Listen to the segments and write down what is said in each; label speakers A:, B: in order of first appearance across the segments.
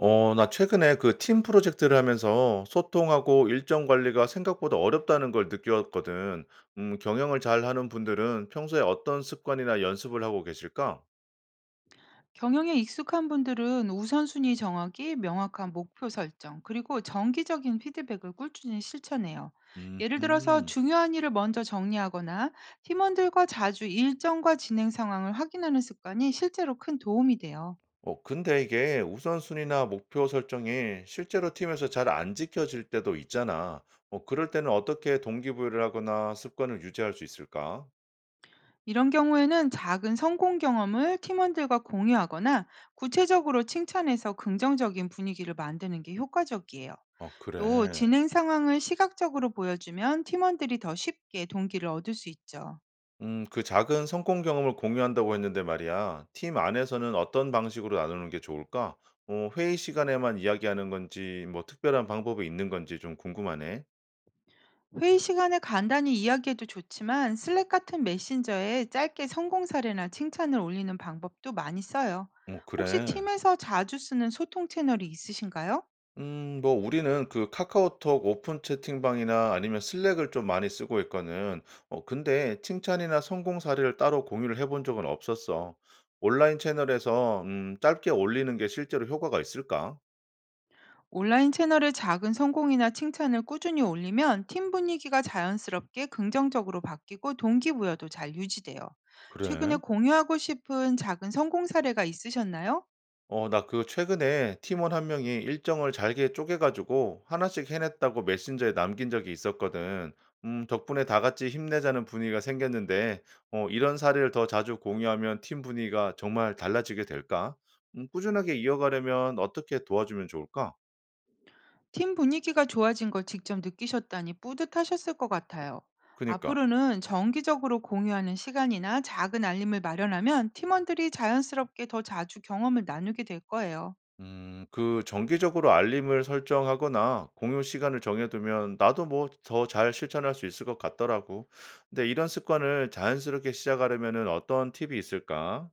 A: 나 최근에 그 팀 프로젝트를 하면서 소통하고 일정 관리가 생각보다 어렵다는 걸 느꼈거든. 경영을 잘 하는 분들은 평소에 어떤 습관이나 연습을 하고 계실까?
B: 경영에 익숙한 분들은 우선순위 정하기, 명확한 목표 설정, 그리고 정기적인 피드백을 꿀준히 실천해요.
A: 음,
B: 예를 들어서
A: 음.
B: 중요한 일을 먼저 정리하거나 팀원들과 자주 일정과 진행 상황을 확인하는 습관이 실제로 큰 도움이 돼요.
A: 근데 이게 우선순위나 목표 설정이 실제로 팀에서 잘 안 지켜질 때도 있잖아. 그럴 때는 어떻게 동기부여를 하거나 습관을 유지할 수 있을까?
B: 이런 경우에는 작은 성공 경험을 팀원들과 공유하거나 구체적으로 칭찬해서 긍정적인 분위기를 만드는 게 효과적이에요.
A: 아,
B: 또
A: 그래.
B: 진행 상황을 시각적으로 보여주면 팀원들이 더 쉽게 동기를 얻을 수 있죠.
A: 그 작은 성공 경험을 공유한다고 했는데 말이야. 팀 안에서는 어떤 방식으로 나누는 게 좋을까? 회의 시간에만 이야기하는 건지, 뭐 특별한 방법이 있는 건지 좀 궁금하네.
B: 회의 시간에 간단히 이야기해도 좋지만 슬랙 같은 메신저에 짧게 성공 사례나 칭찬을 올리는 방법도 많이 써요.
A: 어,
B: 혹시
A: 그래.
B: 팀에서 자주 쓰는 소통 채널이 있으신가요?
A: 뭐 우리는 그 카카오톡 오픈 채팅방이나 아니면 슬랙을 좀 많이 쓰고 있거든. 근데 칭찬이나 성공 사례를 따로 공유를 해본 적은 없었어. 온라인 채널에서 짧게 올리는 게 실제로 효과가 있을까?
B: 온라인 채널에 작은 성공이나 칭찬을 꾸준히 올리면 팀 분위기가 자연스럽게 긍정적으로 바뀌고, 동기부여도 잘 유지돼요. 최근에
A: 그래.
B: 공유하고 싶은 작은 성공 사례가 있으셨나요?
A: 나 그 최근에 팀원 한 명이 일정을 잘게 쪼개가지고 하나씩 해냈다고 메신저에 남긴 적이 있었거든. 덕분에 다 같이 힘내자는 분위기가 생겼는데, 이런 사례를 더 자주 공유하면 팀 분위기가 정말 달라지게 될까? 꾸준하게 이어가려면 어떻게 도와주면 좋을까?
B: 팀 분위기가 좋아진 걸 직접 느끼셨다니 뿌듯하셨을 것 같아요.
A: 그니까.
B: 앞으로는 정기적으로 공유하는 시간이나 작은 알림을 마련하면, 팀원들이 자연스럽게 더 자주 경험을 나누게 될 거예요.
A: 그 정기적으로 알림을 설정하거나 공유 시간을 정해 두면 나도 뭐 더 잘 실천할 수 있을 것 같더라고. 근데 이런 습관을 자연스럽게 시작하려면은 어떤 팁이 있을까?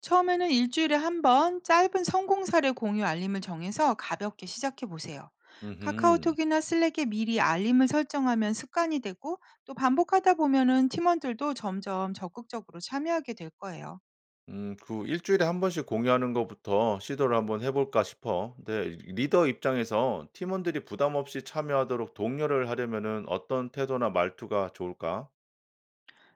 B: 처음에는 일주일에 한번 짧은 성공 사례 공유 알림을 정해서 가볍게 시작해 보세요.
A: 음
B: 카카오톡이나 슬랙에 미리 알림을 설정하면 습관이 되고, 또 반복하다 보면은 팀원들도 점점 적극적으로 참여하게 될 거예요.
A: 그 일 주일에 한 번씩 공유하는 것부터 시도를 한번 해 볼까 싶어. 근데 리더 입장에서 팀원들이 부담 없이 참여하도록 독려를 하려면은 어떤 태도나 말투가 좋을까?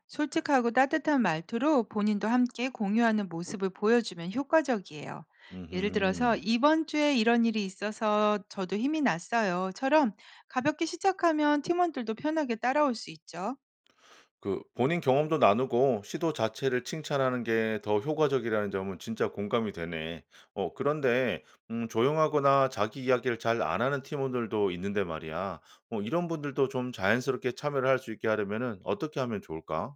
B: 솔직하고 따뜻한 말투로, 본인도 함께 공유하는 모습을 보여주면 효과적이에요. 예를 들어서
A: 음
B: "이번 주에 이런 일이 있어서 저도 힘이 났어요."처럼 가볍게 시작하면 팀원들도 편하게 따라올 수 있죠.
A: 그 본인 경험도 나누고 시도 자체를 칭찬하는 게 더 효과적이라는 점은 진짜 공감이 되네. 그런데 조용하거나 자기 이야기를 잘 안 하는 팀원들도 있는데 말이야. 이런 분들도 좀 자연스럽게 참여를 할 수 있게 하려면은 어떻게 하면 좋을까?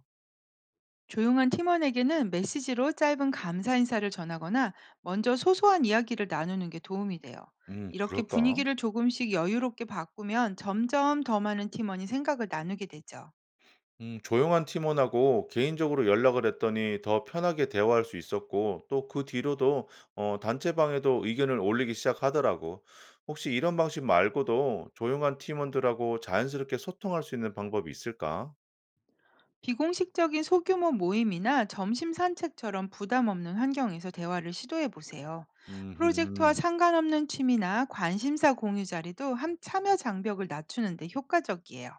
B: 조용한 팀원에게는 메시지로 짧은 감사 인사를 전하거나, 먼저 소소한 이야기를 나누는 게 도움이 돼요. 이렇게
A: 그럴까?
B: 분위기를 조금씩 여유롭게 바꾸면 점점 더 많은 팀원이 생각을 나누게 되죠.
A: 조용한 팀원하고 개인적으로 연락을 했더니 더 편하게 대화할 수 있었고, 또 그 뒤로도 단체방에도 의견을 올리기 시작하더라고. 혹시 이런 방식 말고도 조용한 팀원들하고 자연스럽게 소통할 수 있는 방법이 있을까?
B: 비공식적인 소규모 모임이나 점심 산책처럼 부담 없는 환경에서 대화를 시도해 보세요. 프로젝트와
A: 음,
B: 상관없는 취미나 관심사 공유 자리도 함 참여 장벽을 낮추는 데 효과적이에요.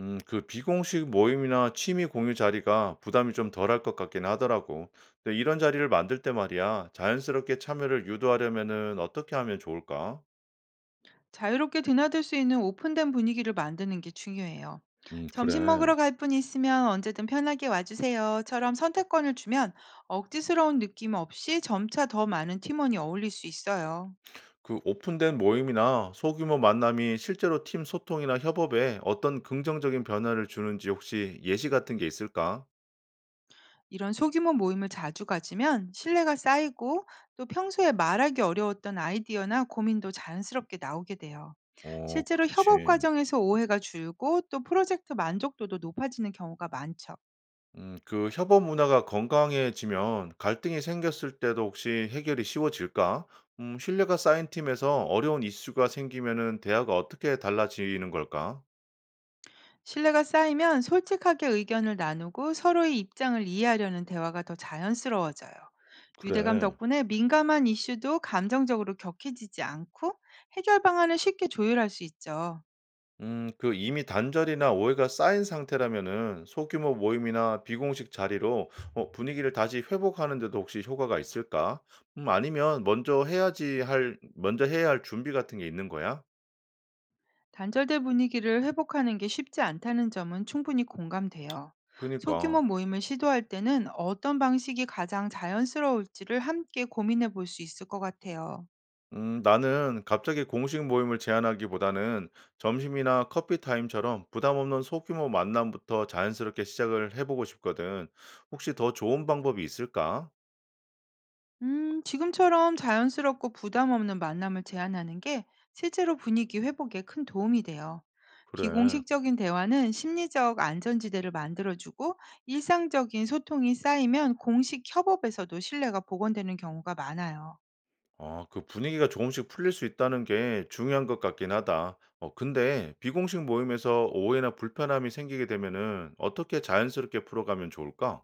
A: 그 비공식 모임이나 취미 공유 자리가 부담이 좀 덜할 것 같긴 하더라고. 근데 이런 자리를 만들 때 말이야, 자연스럽게 참여를 유도하려면은 어떻게 하면 좋을까?
B: 자유롭게 드나들 수 있는 오픈된 분위기를 만드는 게 중요해요. "점심
A: 그래.
B: 먹으러 갈 분 있으면 언제든 편하게 와주세요."처럼 선택권을 주면, 억지스러운 느낌 없이 점차 더 많은 팀원이 어울릴 수 있어요.
A: 그 오픈된 모임이나 소규모 만남이 실제로 팀 소통이나 협업에 어떤 긍정적인 변화를 주는지 혹시 예시 같은 게 있을까?
B: 이런 소규모 모임을 자주 가지면 신뢰가 쌓이고, 또 평소에 말하기 어려웠던 아이디어나 고민도 자연스럽게 나오게 돼요.
A: 어,
B: 실제로 협업
A: 그렇지.
B: 과정에서 오해가 줄고, 또 프로젝트 만족도도 높아지는 경우가 많죠.
A: 그 협업 문화가 건강해지면 갈등이 생겼을 때도 혹시 해결이 쉬워질까? 신뢰가 쌓인 팀에서 어려운 이슈가 생기면은 대화가 어떻게 달라지는 걸까?
B: 신뢰가 쌓이면 솔직하게 의견을 나누고, 서로의 입장을 이해하려는 대화가 더 자연스러워져요. 유대감
A: 그래.
B: 덕분에 민감한 이슈도 감정적으로 격해지지 않고, 해결 방안을 쉽게 조율할 수 있죠.
A: 그 이미 단절이나 오해가 쌓인 상태라면은 소규모 모임이나 비공식 자리로 분위기를 다시 회복하는데도 혹시 효과가 있을까? 아니면 먼저 해야 할 준비 같은 게 있는 거야?
B: 단절된 분위기를 회복하는 게 쉽지 않다는 점은 충분히 공감돼요. 소규모
A: 그니까.
B: 모임을 시도할 때는 어떤 방식이 가장 자연스러울지를 함께 고민해 볼 수 있을 것 같아요.
A: 나는 갑자기 공식 모임을 제안하기보다는 점심이나 커피 타임처럼 부담 없는 소규모 만남부터 자연스럽게 시작을 해보고 싶거든. 혹시 더 좋은 방법이 있을까?
B: 지금처럼 자연스럽고 부담 없는 만남을 제안하는 게 실제로 분위기 회복에 큰 도움이 돼요.
A: 그래.
B: 비공식적인 대화는 심리적 안전지대를 만들어주고, 일상적인 소통이 쌓이면 공식 협업에서도 신뢰가 복원되는 경우가 많아요.
A: 그 분위기가 조금씩 풀릴 수 있다는 게 중요한 것 같긴 하다. 근데 비공식 모임에서 오해나 불편함이 생기게 되면은 어떻게 자연스럽게 풀어가면 좋을까?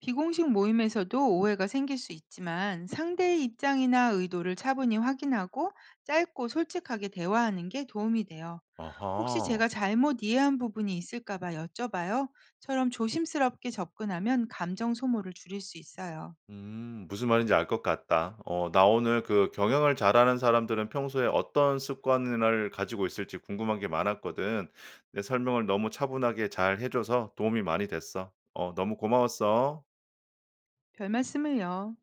B: 비공식 모임에서도 오해가 생길 수 있지만, 상대의 입장이나 의도를 차분히 확인하고 짧고 솔직하게 대화하는 게 도움이 돼요. "혹시
A: 아하.
B: 제가 잘못 이해한 부분이 있을까 봐 여쭤봐요. 처럼 조심스럽게 접근하면 감정 소모를 줄일 수 있어요.
A: 무슨 말인지 알 것 같다. 나 오늘 그 경영을 잘하는 사람들은 평소에 어떤 습관을 가지고 있을지 궁금한 게 많았거든. 내 설명을 너무 차분하게 잘 해줘서 도움이 많이 됐어. 너무 고마웠어.
B: 별 말씀을요.